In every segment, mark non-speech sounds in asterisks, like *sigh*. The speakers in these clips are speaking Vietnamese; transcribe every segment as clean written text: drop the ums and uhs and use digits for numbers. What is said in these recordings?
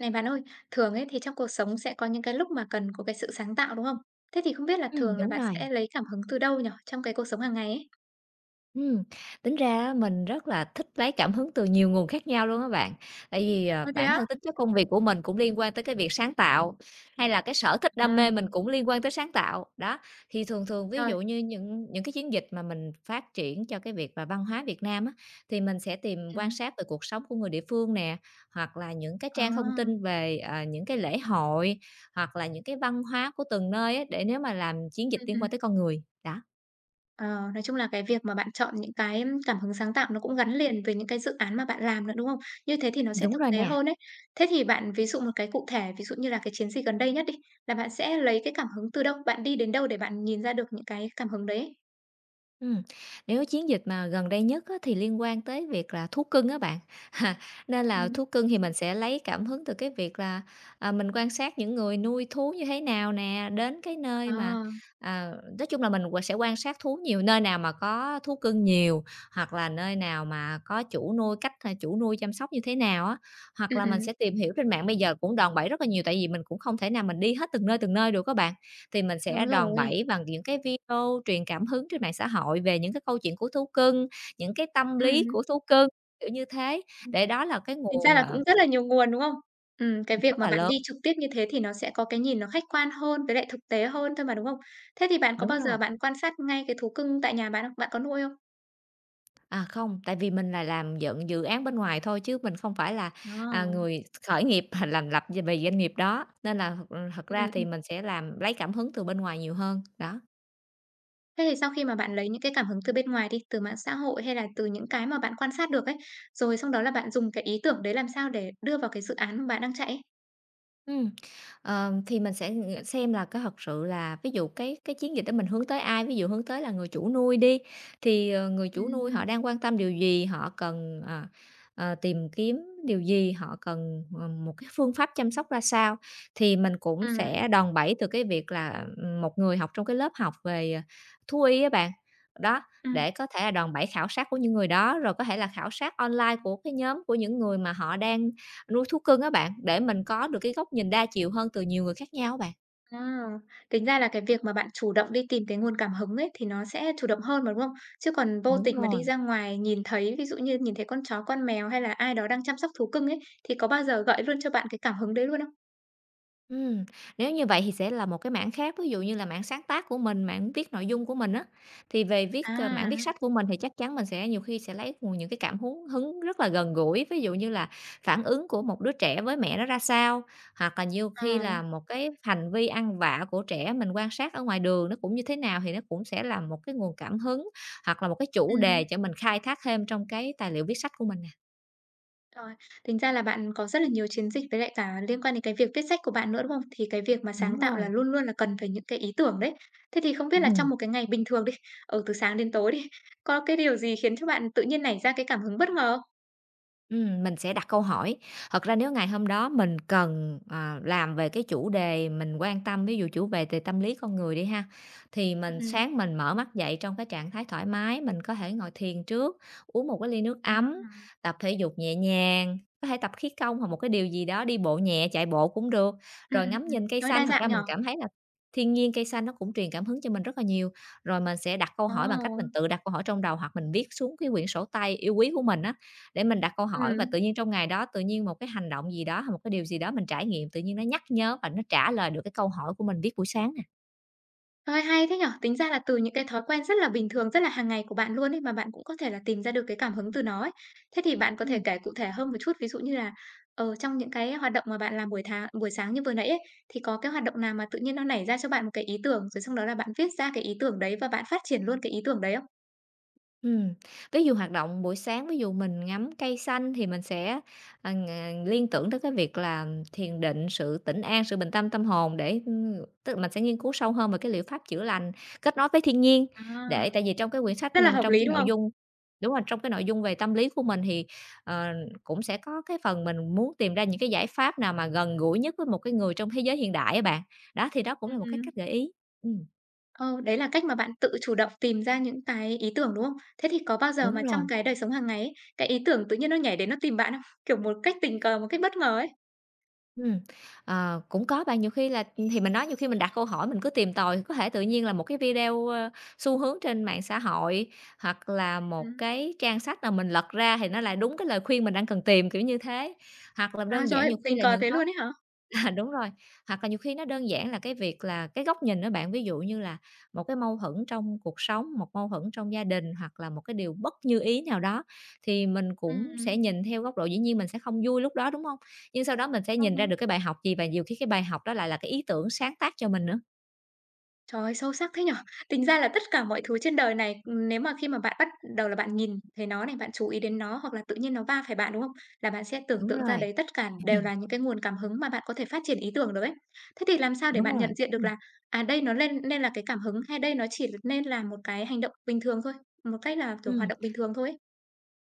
Này bạn ơi, thường ấy thì trong cuộc sống sẽ có những cái lúc mà cần có cái sự sáng tạo, đúng không? Thế thì không biết là thường là Đúng bạn rồi. sẽ lấy cảm hứng từ đâu nhở trong cái cuộc sống hàng ngày ấy? Ừm, tính ra á mình rất là thích lấy cảm hứng từ nhiều nguồn khác nhau luôn á bạn. Tại vì, Ơ, thế bản á? thân tính chất công việc của mình cũng liên quan tới cái việc sáng tạo, hay là cái sở thích đam À, mê mình cũng liên quan tới sáng tạo. Đó, thì thường thường ví rồi, dụ như những cái chiến dịch mà mình phát triển cho cái việc và văn hóa Việt Nam á, thì mình sẽ tìm quan ừm, sát về cuộc sống của người địa phương nè, hoặc là những cái à, trang thông tin về, những cái lễ hội, hoặc là những cái văn hóa của từng nơi á, để nếu mà làm chiến dịch liên ừm. quan tới con người. Đó, Ờ, nói chung là cái việc mà bạn chọn những cái cảm hứng sáng tạo nó cũng gắn liền với những cái dự án mà bạn làm nữa, đúng không? Như thế thì nó sẽ đúng thực rồi tế nè. hơn ấy. Thế thì bạn ví dụ một cái cụ thể, ví dụ như là cái chiến dịch gần đây nhất đi, là bạn sẽ lấy cái cảm hứng từ đâu? Bạn đi đến đâu để bạn nhìn ra được những cái cảm hứng đấy? Ừ, nếu chiến dịch mà gần đây nhất á, thì liên quan tới việc là thú cưng á bạn. *laughs* Nên là Ừm. thú cưng thì mình sẽ lấy cảm hứng từ cái việc là, mình quan sát những người nuôi thú như thế nào nè, đến cái nơi mà, À, à, nói chung là mình sẽ quan sát thú nhiều, nơi nào mà có thú cưng nhiều, hoặc là nơi nào mà có chủ nuôi, cách, chủ nuôi chăm sóc như thế nào á. Hoặc ừm, là mình ừm, sẽ tìm hiểu trên mạng bây giờ cũng đòn bẩy rất là nhiều, tại vì mình cũng không thể nào mình đi hết từng nơi được các bạn. Thì mình đúng sẽ đòn rồi. bẩy bằng những cái video truyền cảm hứng trên mạng xã hội về những cái câu chuyện của thú cưng, những cái tâm lý Ừm, của thú cưng, kiểu như thế, ừm, để đó là cái tính ra nguồn, là cũng rất là nhiều nguồn, đúng không? Cái rất việc mà là bạn lớn. đi trực tiếp như thế thì nó sẽ có cái nhìn nó khách quan hơn với lại thực tế hơn thôi mà, đúng không? Thế thì bạn có Đúng bao rồi. giờ bạn quan sát ngay cái thú cưng tại nhà bạn không? Bạn có nuôi không? À, không, tại vì mình là làm dựng dự án bên ngoài thôi chứ mình không phải là, Ờ, người khởi nghiệp *laughs* làm lập về doanh nghiệp đó, nên là thật thật ra thì ừm. mình sẽ làm lấy cảm hứng từ bên ngoài nhiều hơn, đó. Thế thì sau khi mà bạn lấy những cái cảm hứng từ bên ngoài đi, từ mạng xã hội hay là từ những cái mà bạn quan sát được ấy, rồi xong đó là bạn dùng cái ý tưởng đấy làm sao để đưa vào cái dự án mà bạn đang chạy ấy? Ừm, thì mình sẽ xem là có thật sự là ví dụ cái chiến dịch đó mình hướng tới ai, ví dụ hướng tới là người chủ nuôi đi, thì, người chủ Ừm, nuôi họ ừm, đang quan tâm điều gì, họ cần, tìm kiếm điều gì, họ cần, một cái phương pháp chăm sóc ra sao. Thì mình cũng ừm. sẽ đòn bẩy từ cái việc là, một người học trong cái lớp học về, thú y á bạn, đó, Ừm. để có thể là đòn bẩy khảo sát của những người đó, rồi có thể là khảo sát online của cái nhóm của những người mà họ đang nuôi thú cưng á bạn, để mình có được cái góc nhìn đa chiều hơn từ nhiều người khác nhau á bạn. À, tính ra là cái việc mà bạn chủ động đi tìm cái nguồn cảm hứng ấy thì nó sẽ chủ động hơn mà, đúng không? Chứ còn vô Đúng tình mà đi rồi. ra ngoài nhìn thấy, ví dụ như nhìn thấy con chó, con mèo hay là ai đó đang chăm sóc thú cưng ấy, thì có bao giờ gợi luôn cho bạn cái cảm hứng đấy luôn không? Ừm, nếu như vậy thì sẽ là một cái mảng khác, ví dụ như là mảng sáng tác của mình, mảng viết nội dung của mình á. Thì về viết, mảng À, viết sách của mình thì chắc chắn mình sẽ nhiều khi sẽ lấy nguồn những cái cảm hứng hứng rất là gần gũi, ví dụ như là phản ứng của một đứa trẻ với mẹ nó ra sao, hoặc là nhiều ờ, khi là một cái hành vi ăn vạ của trẻ mình quan sát ở ngoài đường nó cũng như thế nào thì nó cũng sẽ là một cái nguồn cảm hứng, hoặc là một cái chủ ừm, đề cho mình khai thác thêm trong cái tài liệu viết sách của mình. rồi. Tính ra là bạn có rất là nhiều chiến dịch với lại cả liên quan đến cái việc viết sách của bạn nữa, đúng không? Thì cái việc mà Đúng sáng tạo rồi. là luôn luôn là cần phải những cái ý tưởng đấy. Thế thì không biết là trong Ừm. một cái ngày bình thường đi, ở từ sáng đến tối đi, có cái điều gì khiến cho bạn tự nhiên nảy ra cái cảm hứng bất ngờ không? Mình sẽ đặt câu hỏi. Thật ra nếu ngày hôm đó mình cần, làm về cái chủ đề mình quan tâm, ví dụ chủ đề về tâm lý con người đi ha, thì mình Ừm, sáng mình mở mắt dậy trong cái trạng thái thoải mái, mình có thể ngồi thiền trước, uống một cái ly nước À, ấm, tập thể dục nhẹ nhàng, có thể tập khí công hoặc một cái điều gì đó, đi bộ nhẹ, chạy bộ cũng được, rồi ngắm nhìn cây trời ơi, xanh. đa Thật dạng ra nhỉ? mình cảm thấy là thiên nhiên, cây xanh nó cũng truyền cảm hứng cho mình rất là nhiều. Rồi mình sẽ đặt câu Ồ, hỏi bằng cách mình tự đặt câu hỏi trong đầu hoặc mình viết xuống cái quyển sổ tay yêu quý của mình á, để mình đặt câu hỏi và ừm, tự nhiên trong ngày đó, tự nhiên một cái hành động gì đó, hay một cái điều gì đó mình trải nghiệm, tự nhiên nó nhắc nhớ và nó trả lời được cái câu hỏi của mình viết buổi sáng nè. trời ơi, hay thế nhỉ? Tính ra là từ những cái thói quen rất là bình thường, rất là hàng ngày của bạn luôn ấy, mà bạn cũng có thể là tìm ra được cái cảm hứng từ nó ấy. Thế thì bạn có thể Ừm. kể cụ thể hơn một chút, ví dụ như là, trong những cái hoạt động mà bạn làm buổi buổi sáng như vừa nãy ấy, thì có cái hoạt động nào mà tự nhiên nó nảy ra cho bạn một cái ý tưởng, rồi sau đó là bạn viết ra cái ý tưởng đấy và bạn phát triển luôn cái ý tưởng đấy không? Ừm, ví dụ hoạt động buổi sáng, ví dụ mình ngắm cây xanh thì mình sẽ, liên tưởng tới cái việc là thiền định, sự tĩnh an, sự bình tâm tâm hồn để, tức là mình sẽ nghiên cứu sâu hơn về cái liệu pháp chữa lành, kết nối với thiên nhiên. Để À, tại vì trong cái quyển sách rất là hợp trong lý, cái đúng nội không? dung đúng rồi, trong cái nội dung về tâm lý của mình thì, ờ, cũng sẽ có cái phần mình muốn tìm ra những cái giải pháp nào mà gần gũi nhất với một cái người trong thế giới hiện đại á bạn. Đó, thì đó cũng là một cái Ừm. cách gợi ý. Ừm, Ờ, đấy là cách mà bạn tự chủ động tìm ra những cái ý tưởng, đúng không? Thế thì có bao giờ đúng mà rồi. trong cái đời sống hàng ngày ấy, cái ý tưởng tự nhiên nó nhảy đến nó tìm bạn không? *laughs* Kiểu một cách tình cờ, một cách bất ngờ ấy. Ừm, cũng có bạn, nhiều khi là thì mình nói nhiều khi mình đặt câu hỏi mình cứ tìm tòi, có thể tự nhiên là một cái video, xu hướng trên mạng xã hội, hoặc là một Ừm. cái trang sách nào mình lật ra thì nó lại đúng cái lời khuyên mình đang cần tìm, kiểu như thế. Hoặc là À, đơn trời giản ơi, nhiều khi tình là cờ những thế có. luôn ấy hả? À, đúng rồi. Hoặc là nhiều khi nó đơn giản là cái việc là cái góc nhìn đó bạn, ví dụ như là một cái mâu thuẫn trong cuộc sống, một mâu thuẫn trong gia đình hoặc là một cái điều bất như ý nào đó, thì mình cũng sẽ Ừm. nhìn theo góc độ dĩ nhiên mình sẽ không vui lúc đó, đúng không? Nhưng sau đó mình sẽ nhìn ra Ừm. được cái bài học gì và nhiều khi cái bài học đó lại là cái ý tưởng sáng tác cho mình nữa. Trời ơi, sâu sắc thế nhỉ? Tính ra là tất cả mọi thứ trên đời này, nếu mà khi mà bạn bắt đầu là bạn nhìn thấy nó này, bạn chú ý đến nó hoặc là tự nhiên nó va phải bạn, đúng không? Là bạn sẽ tưởng Đúng tượng ra rồi, đấy tất cả đều là những cái nguồn cảm hứng mà bạn có thể phát triển ý tưởng được ấy. Thế thì làm sao để đúng bạn nhận rồi. diện được Ừm, là, đây nó lên nên là cái cảm hứng hay đây nó chỉ nên là một cái hành động bình thường thôi, một cách là, kiểu, hoạt ừm. động bình thường thôi ấy?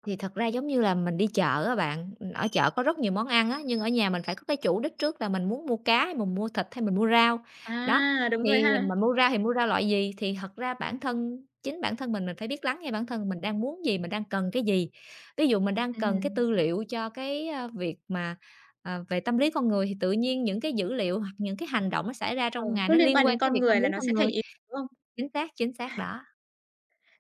Thì thật ra giống như là mình đi chợ á bạn, ở chợ có rất nhiều món ăn á, nhưng ở nhà mình phải có cái chủ đích trước là mình muốn mua cá hay mình mua thịt hay mình mua rau. Đó, À, đúng rồi thì ha. mà mua rau thì mua rau loại gì, thì thật ra bản thân chính bản thân mình phải biết lắng nghe bản thân mình đang muốn gì, mình đang cần cái gì. Ví dụ mình đang cần cái Ừm, tư liệu cho cái, việc mà, về tâm lý con người thì tự nhiên những cái dữ liệu hoặc những cái hành động nó xảy ra ừ, trong ngày cứ nó liên quan liên đến quan cái con việc người tâm lý là nó con sẽ thành người. ý, tưởng, đúng không? Chính xác đó.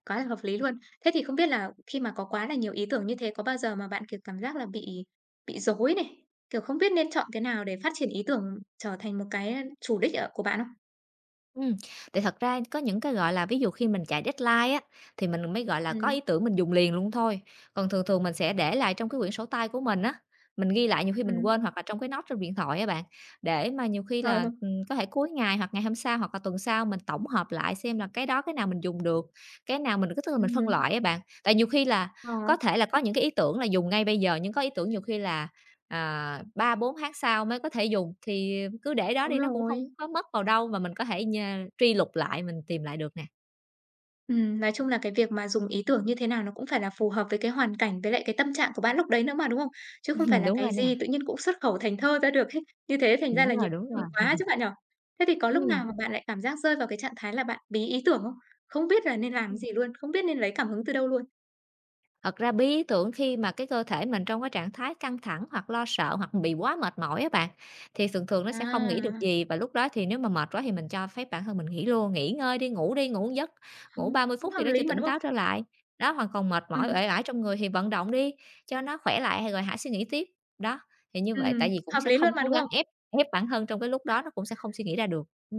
Quá là hợp lý luôn. Thế thì không biết là khi mà có quá là nhiều ý tưởng như thế, có bao giờ mà bạn, kiểu, cảm giác là bị rối này, kiểu, không biết nên chọn cái nào để phát triển ý tưởng trở thành một cái chủ đích ở của bạn không? Ừm, thì thật ra có những cái, gọi là, ví dụ khi mình chạy deadline á, thì mình mới, gọi là, có Ừ, ý tưởng mình dùng liền luôn thôi. Còn thường thường mình sẽ để lại trong cái quyển sổ tay của mình á, mình ghi lại nhiều khi mình ừm, quên hoặc là trong cái note trên điện thoại á bạn, để mà nhiều khi ờ, là, có thể cuối ngày hoặc ngày hôm sau hoặc là tuần sau mình tổng hợp lại xem là cái đó cái nào mình dùng được, cái nào mình cứ tức là mình phân ừm, loại á bạn. Tại nhiều khi là ờ, có thể là có những cái ý tưởng là dùng ngay bây giờ, nhưng có ý tưởng nhiều khi là à, 3-4 tháng sau mới có thể dùng, thì cứ để đó đúng đi, nó cũng không rồi. có mất vào đâu và mình có thể truy lục lại, mình tìm lại được nè. Nói chung là cái việc mà dùng ý tưởng như thế nào nó cũng phải là phù hợp với cái hoàn cảnh với lại cái tâm trạng của bạn lúc đấy nữa mà, đúng không? Chứ không phải *laughs* là Đúng cái rồi nè, gì tự nhiên cũng xuất khẩu thành thơ ra được ấy, như thế thành ra là đúng nhiều rồi, ý đúng rồi. tưởng quá chứ bạn nhở? Thế thì có lúc nào mà bạn lại cảm giác rơi vào cái trạng thái là bạn bí ý tưởng không? Không biết là nên làm cái Ừm. gì luôn, không biết nên lấy cảm hứng từ đâu luôn? Thật ra bí ý tưởng khi mà cái cơ thể mình trong cái trạng thái căng thẳng hoặc lo sợ hoặc bị quá mệt mỏi á bạn, thì thường thường nó sẽ không nghĩ được À, gì và lúc đó thì nếu mà mệt quá thì mình cho phép bản thân mình nghỉ luôn, nghỉ ngơi đi, ngủ một giấc, *laughs* hừ, ngủ ba mươi cũng phút hợp gì đó cho lý mà, đúng tỉnh không? táo trở lại. Đó, hoặc còn mệt mỏi Ừm, uể oải trong người thì vận động đi cho nó khỏe lại rồi hãy suy nghĩ tiếp. Đó, thì như vậy ừm, tại vì cũng hợp sẽ lý không luôn mà, cố đúng gắng không? ép ép bản thân trong cái lúc đó nó cũng sẽ không suy nghĩ ra được. Ừ.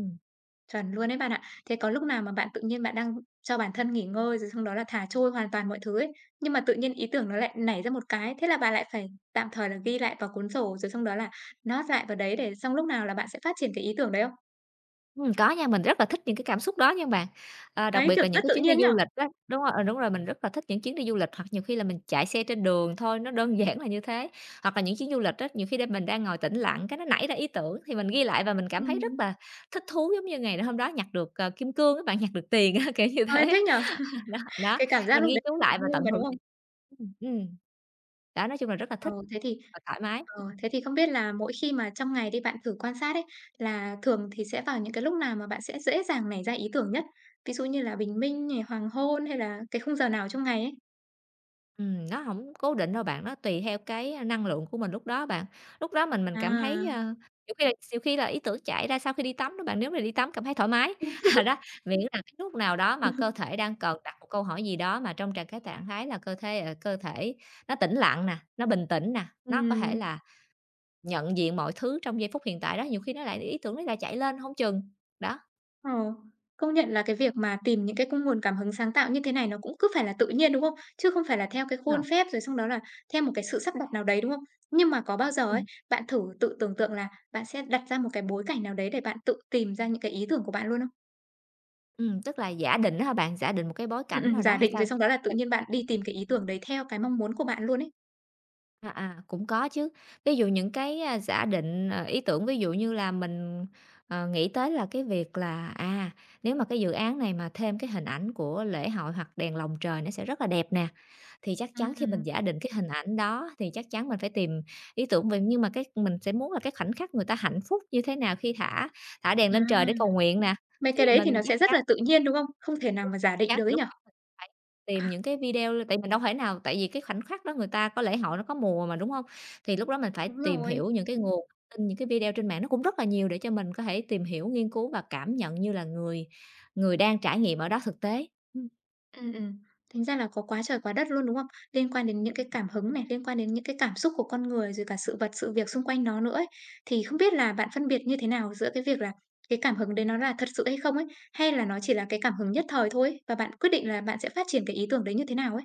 Chuẩn luôn đấy bạn ạ. Thế có lúc nào mà bạn tự nhiên bạn đang cho bản thân nghỉ ngơi, rồi xong đó là thả trôi hoàn toàn mọi thứ ấy, nhưng mà tự nhiên ý tưởng nó lại nảy ra một cái, thế là bạn lại phải tạm thời là ghi lại vào cuốn sổ, rồi xong đó là note lại vào đấy để xong lúc nào là bạn sẽ phát triển cái ý tưởng đấy không? Có nha, mình rất là thích những cái cảm xúc đó nha bạn. Ờ, đặc Đấy, biệt kiểu, là những rất cái tự chuyến đi nhiên du nhở. lịch á, đúng rồi, đúng rồi, mình rất là thích những chuyến đi du lịch hoặc nhiều khi là mình chạy xe trên đường thôi, nó đơn *laughs* giản là như thế. Hoặc là những chuyến du lịch á, nhiều khi đêm mình đang ngồi tĩnh lặng cái nó nảy ra ý tưởng thì mình ghi lại và mình cảm thấy rất Ừm. là thích thú, giống như ngày hôm đó nhặt được, kim cương các bạn, *laughs* nhặt được tiền á, kiểu như Ôi, thế. thích nhở. *laughs* Đó, đó, Cái cảm giác mình lúc ghi đấy chú rất là lại và vui tận mà, đúng hưởng. không? Ừm, ừm, đó, nói chung là rất là Ờ, thích thế thì và thoải mái. Thế thì không biết là mỗi khi mà trong ngày đi bạn thử quan sát ấy, là thường thì sẽ vào những cái lúc nào mà bạn sẽ dễ dàng nảy ra ý tưởng nhất? Ví dụ như là bình minh này, hoàng hôn hay là cái khung giờ nào trong ngày ấy? Nó không cố định đâu bạn, nó tùy theo cái, năng lượng của mình lúc đó bạn. Lúc đó mình cảm thấy, À, nhiều khi là ý tưởng chạy ra sau khi đi tắm đó bạn, nếu mà đi tắm cảm thấy thoải mái. *laughs* À, đó, miễn là cái lúc nào đó mà cơ thể đang cần đặt một câu hỏi gì đó mà trong cái trạng thái là cơ thể nó tĩnh lặng nè, nó bình tĩnh nè, nó có thể ừm, là nhận diện mọi thứ trong giây phút hiện tại đó, nhiều khi nó lại ý tưởng nó lại chạy lên không chừng. Đó. ờ, công nhận là cái việc mà tìm những cái nguồn cảm hứng sáng tạo như thế này nó cũng cứ phải là tự nhiên, đúng không? Chứ không phải là theo cái khuôn Ờ. phép rồi xong đó là theo một cái sự sắp đặt nào đấy, đúng không? Nhưng mà có bao giờ ấy, Ừm, bạn thử tự tưởng tượng là bạn sẽ đặt ra một cái bối cảnh nào đấy để bạn tự tìm ra những cái ý tưởng của bạn luôn không? Tức là giả định đó hả bạn? Giả định một cái bối cảnh nào đó Giả hay định rồi sao? xong đó là tự nhiên bạn đi tìm cái ý tưởng đấy theo cái mong muốn của bạn luôn ấy. À, à, cũng có chứ. Ví dụ những cái, giả định, ý tưởng, ví dụ như là mình, nghĩ tới là cái việc là, nếu mà cái dự án này mà thêm cái hình ảnh của lễ hội hoặc đèn lồng trời nó sẽ rất là đẹp nè, thì chắc chắn khi mình Ừm, giả định cái hình ảnh đó thì chắc chắn mình phải tìm ý tưởng về nhưng mà cái mình sẽ muốn là cái khoảnh khắc người ta hạnh phúc như thế nào khi thả thả đèn à, lên trời để cầu nguyện nè, mấy thì cái đấy mình thì nó chắc sẽ rất chắn. là tự nhiên, đúng không? Không thể nào mà giả định được ấy Lúc nhỉ? đó mình phải tìm À, những cái video tại mình đâu thể nào, tại vì cái khoảnh khắc đó người ta có lễ hội nó có mùa mà, đúng hông? Thì lúc đó mình phải đúng tìm rồi. hiểu những cái nguồn thông tin, những cái video trên mạng nó cũng rất là nhiều để cho mình có thể tìm hiểu, nghiên cứu và cảm nhận như là người người đang trải nghiệm ở đó thực tế. Ừm, Ừm, ừm. Thành ra là có quá trời quá đất luôn, đúng không? Liên quan đến những cái cảm hứng này, liên quan đến những cái cảm xúc của con người, rồi cả sự vật, sự việc xung quanh nó nữa ấy. Thì không biết là bạn phân biệt như thế nào giữa cái việc là cái cảm hứng đấy nó là thật sự hay không ấy? Hay là nó chỉ là cái cảm hứng nhất thời thôi ấy, và bạn quyết định là bạn sẽ phát triển cái ý tưởng đấy như thế nào ấy?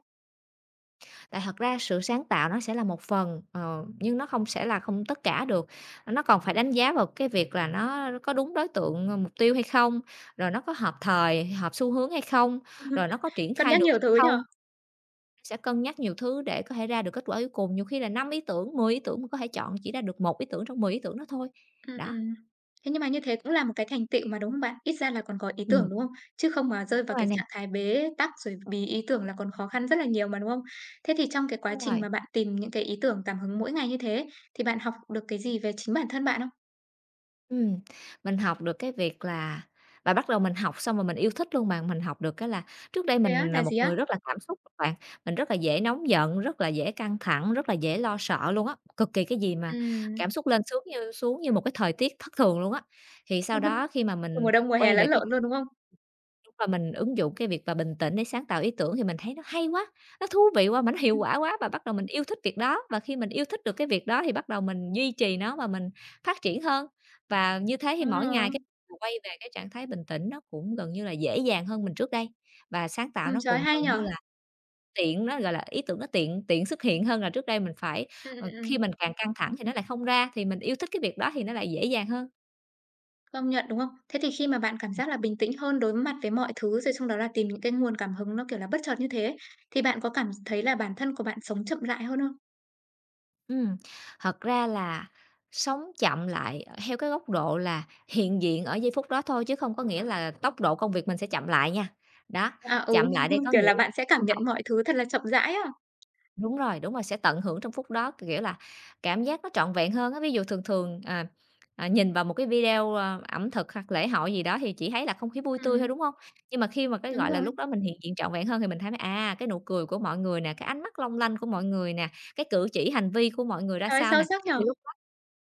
tại thật ra sự sáng tạo nó sẽ là một phần, nhưng nó không sẽ là không tất cả được. Nó còn phải đánh giá vào cái việc là nó có đúng đối tượng, mục tiêu hay không, rồi nó có hợp thời, hợp xu hướng hay không, rồi nó có *laughs* triển Cân khai nhắc được nhiều hay thứ nhỉ? không. Sẽ cân nhắc nhiều thứ để có thể ra được kết quả cuối cùng, nhiều khi là 5 ý tưởng, 10 ý tưởng mà có thể chọn chỉ ra được một ý tưởng trong 10 ý tưởng đó thôi. Ừm, Đó, ừm. Thế nhưng mà như thế cũng là một cái thành tựu mà, đúng không bạn? Ít ra là còn có ý tưởng, ừm, đúng không? Chứ không mà rơi vào đúng rồi cái nè, trạng thái bế tắc rồi bí ý tưởng là còn khó khăn rất là nhiều mà, đúng không? Thế thì trong cái quá đúng trình rồi. mà bạn tìm những cái ý tưởng cảm hứng mỗi ngày như thế, thì bạn học được cái gì về chính bản thân bạn không? Ừm, mình học được cái việc là, và bắt đầu mình học xong rồi mình yêu thích luôn bạn, mình học được cái là trước đây Thế á, mình là là một gì á? người rất là cảm xúc á bạn, mình rất là dễ nóng giận, rất là dễ căng thẳng, rất là dễ lo sợ luôn á, cực kỳ cái gì mà cảm Ừm, xúc lên xuống như một cái thời tiết thất thường luôn á. Thì sau đó khi mà mình mùa đông, mùa quay hè lẫn về cái. lộn luôn, đúng không? Đúng rồi, mình ứng dụng cái việc mà bình tĩnh để sáng tạo ý tưởng thì mình thấy nó hay quá, nó thú vị quá, mà nó hiệu Ừm. quả quá, và bắt đầu mình yêu thích việc đó, và khi mình yêu thích được cái việc đó thì bắt đầu mình duy trì nó và mình phát triển hơn. Và như thế thì Ờ, mỗi ngày cái quay về cái trạng thái bình tĩnh nó cũng gần như là dễ dàng hơn mình trước đây, và sáng tạo nó trời ơi, cũng hay gần như nhở. là tiện nó, gọi là, ý tưởng nó tiện tiện xuất hiện hơn là trước đây mình phải Ừm, ừm, khi ừm. mình càng căng thẳng thì nó lại không ra, thì mình yêu thích cái việc đó thì nó lại dễ dàng hơn. Công nhận, đúng không? Thế thì khi mà bạn cảm giác là bình tĩnh hơn đối mặt với mọi thứ, rồi xong đó là tìm những cái nguồn cảm hứng nó, kiểu là, bất chợt như thế ấy, thì bạn có cảm thấy là bản thân của bạn sống chậm rãi hơn không? Ừm, thật ra là sống chậm lại theo cái góc độ là hiện diện ở giây phút đó thôi chứ không có nghĩa là tốc độ công việc mình sẽ chậm lại nha. Đó, À, ừ, chậm lại đây *laughs* có kiểu nghĩa. là, bạn sẽ cảm nhận mọi thứ thật là chậm rãi á. Đúng rồi, sẽ tận hưởng trong phút đó, kiểu là, cảm giác nó trọn vẹn hơn á. Ví dụ thường thường, nhìn vào một cái video, ẩm thực hoặc lễ hội gì đó thì chỉ thấy là không khí vui tươi thôi, Ừm, đúng không? Nhưng mà khi mà cái, đúng gọi là, rồi, lúc đó mình hiện diện trọn vẹn hơn thì mình thấy, cái nụ cười của mọi người nè, cái ánh mắt long lanh của mọi người nè, cái cử chỉ hành vi của mọi người ra trời ơi, sao sâu nè, sắc nhở? thì lúc đó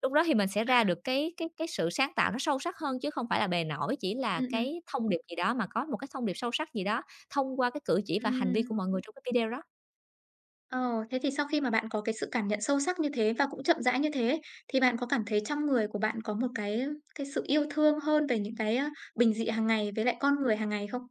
lúc đó thì mình sẽ ra được *laughs* cái sự sáng tạo nó sâu sắc hơn chứ không phải là bề nổi, chỉ Ừ, là ừ, cái thông điệp gì đó mà có một cái thông điệp sâu sắc gì đó thông qua cái cử chỉ ừ, và hành vi của ừm. mọi người trong cái video đó. Ờ, thế thì sau khi mà bạn có cái sự cảm nhận sâu sắc như thế và cũng chậm rãi như thế ấy, thì bạn có cảm thấy trong người của bạn có một cái sự yêu thương hơn về những cái, a, bình dị hàng ngày với lại con người hàng ngày không?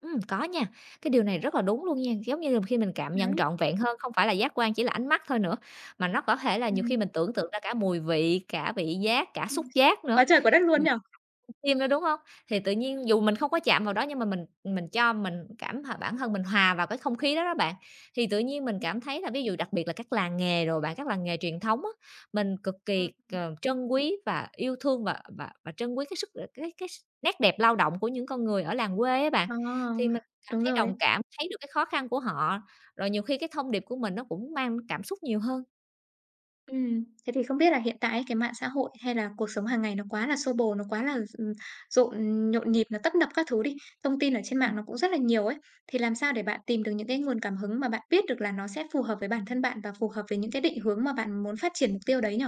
Có nha, cái điều này rất là đúng luôn nha, giống như là khi mình cảm nhận Đấy, trọn vẹn hơn, không phải là giác quan chỉ là ánh mắt thôi nữa, mà nó có thể là nhiều khi ừm. mình tưởng tượng ra cả mùi vị, cả vị giác, cả Ừm. xúc giác nữa. Quá trời quá đất luôn nhỉ? Phim nữa, đúng hông? Thì tự nhiên dù mình không có chạm vào đó nhưng mà mình cho mình cảm h bản thân mình hòa vào cái không khí đó đó bạn, thì tự nhiên mình cảm thấy là ví dụ đặc biệt là các làng nghề đồ bạn, các làng nghề truyền thống á, mình cực Ừm. kỳ, trân quý và yêu thương và trân quý cái sức ờ, cái s nét đẹp lao động của những con người ở làng quê á bạn. Ờ, Thì mình cảm đúng thấy rồi. đồng cảm, thấy được cái khó khăn của họ, rồi nhiều khi cái thông điệp của mình nó cũng mang cảm xúc nhiều hơn. Thế thì không biết là hiện tại ấy, cái mạng xã hội hay là cuộc sống hàng ngày nó quá là xô bồ, nó quá là, rộn nhộn nhịp, nó tấp nập các thứ đi, thông tin ở trên Ừm. mạng nó cũng rất là nhiều ấy, thì làm sao để bạn tìm được những cái nguồn cảm hứng mà bạn biết được là nó sẽ phù hợp với bản thân bạn và phù hợp với những cái định hướng mà bạn muốn phát triển mục tiêu đấy nhỉ?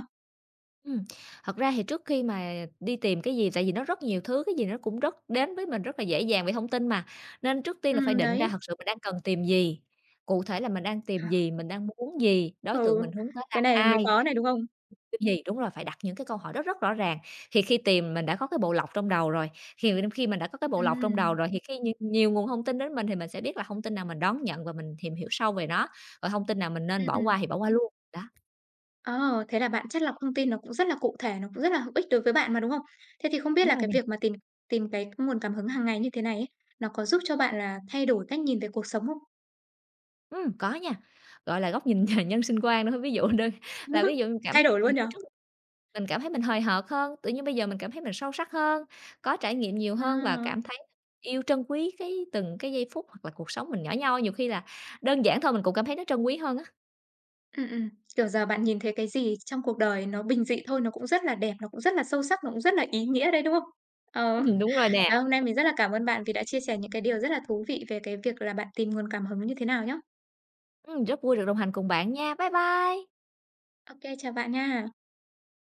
Ừm, thật ra thì trước khi mà đi tìm cái gì tại vì nó rất nhiều thứ, cái gì nó cũng rất đến với mình rất là dễ dàng về thông tin mà, nên trước tiên là phải định ra Đấy. thật sự mình đang cần tìm gì, cụ thể là mình đang tìm gì, mình đang muốn gì, đối tượng Ừ, mình hướng tới là cái này mới ai, khó này, đúng không? cái gì. Đúng rồi, phải đặt những cái câu hỏi rất rất rõ ràng, thì khi tìm mình đã có cái bộ lọc trong đầu rồi, khi khi mình đã có cái bộ lọc trong đầu Ừm, rồi thì khi nhiều nhiều nguồn thông tin đến mình thì mình sẽ biết là thông tin nào mình đón nhận và mình tìm hiểu sâu về nó, còn thông tin nào mình nên ừm, bỏ qua ừm. thì bỏ qua luôn. Đó, Ờ, thế là bạn chắt lọc thông tin nó cũng rất là cụ thể, nó cũng rất là hữu ích đối với bạn mà, đúng không? Thế thì không biết đúng là rồi cái nè. việc mà tìm tìm cái nguồn cảm hứng hàng ngày như thế này ấy, nó có giúp cho bạn là thay đổi cách nhìn về cuộc sống không? Có nha, gọi là, góc nhìn *laughs* nhân sinh quan nữa. Ví dụ đơn *laughs* là ví *laughs* dụ mình cảm Thay đổi luôn những nhở? khi trước mình cảm thấy mình hời hợt hơn, tự nhiên bây giờ mình cảm thấy mình sâu sắc hơn, có trải nghiệm nhiều hơn và À, cảm thấy yêu trân quý cái từng cái giây phút hoặc là cuộc sống mình nhỏ nhoi. Nhiều khi là đơn giản thôi mình cũng cảm thấy nó trân quý hơn á. *laughs* ừm, ừm, kiểu, giờ bạn nhìn thấy cái gì trong cuộc đời nó bình dị thôi, nó cũng rất là đẹp, nó cũng rất là sâu sắc, nó cũng rất là ý nghĩa đấy, đúng không? Ờ, đúng rồi nè. trời, hôm nay mình rất là cảm ơn bạn vì đã chia sẻ những cái điều rất là thú vị về cái việc là bạn tìm nguồn cảm hứng như thế nào nhá. Rất vui được đồng hành cùng bạn nha. Bye bye. Ok chào bạn nha.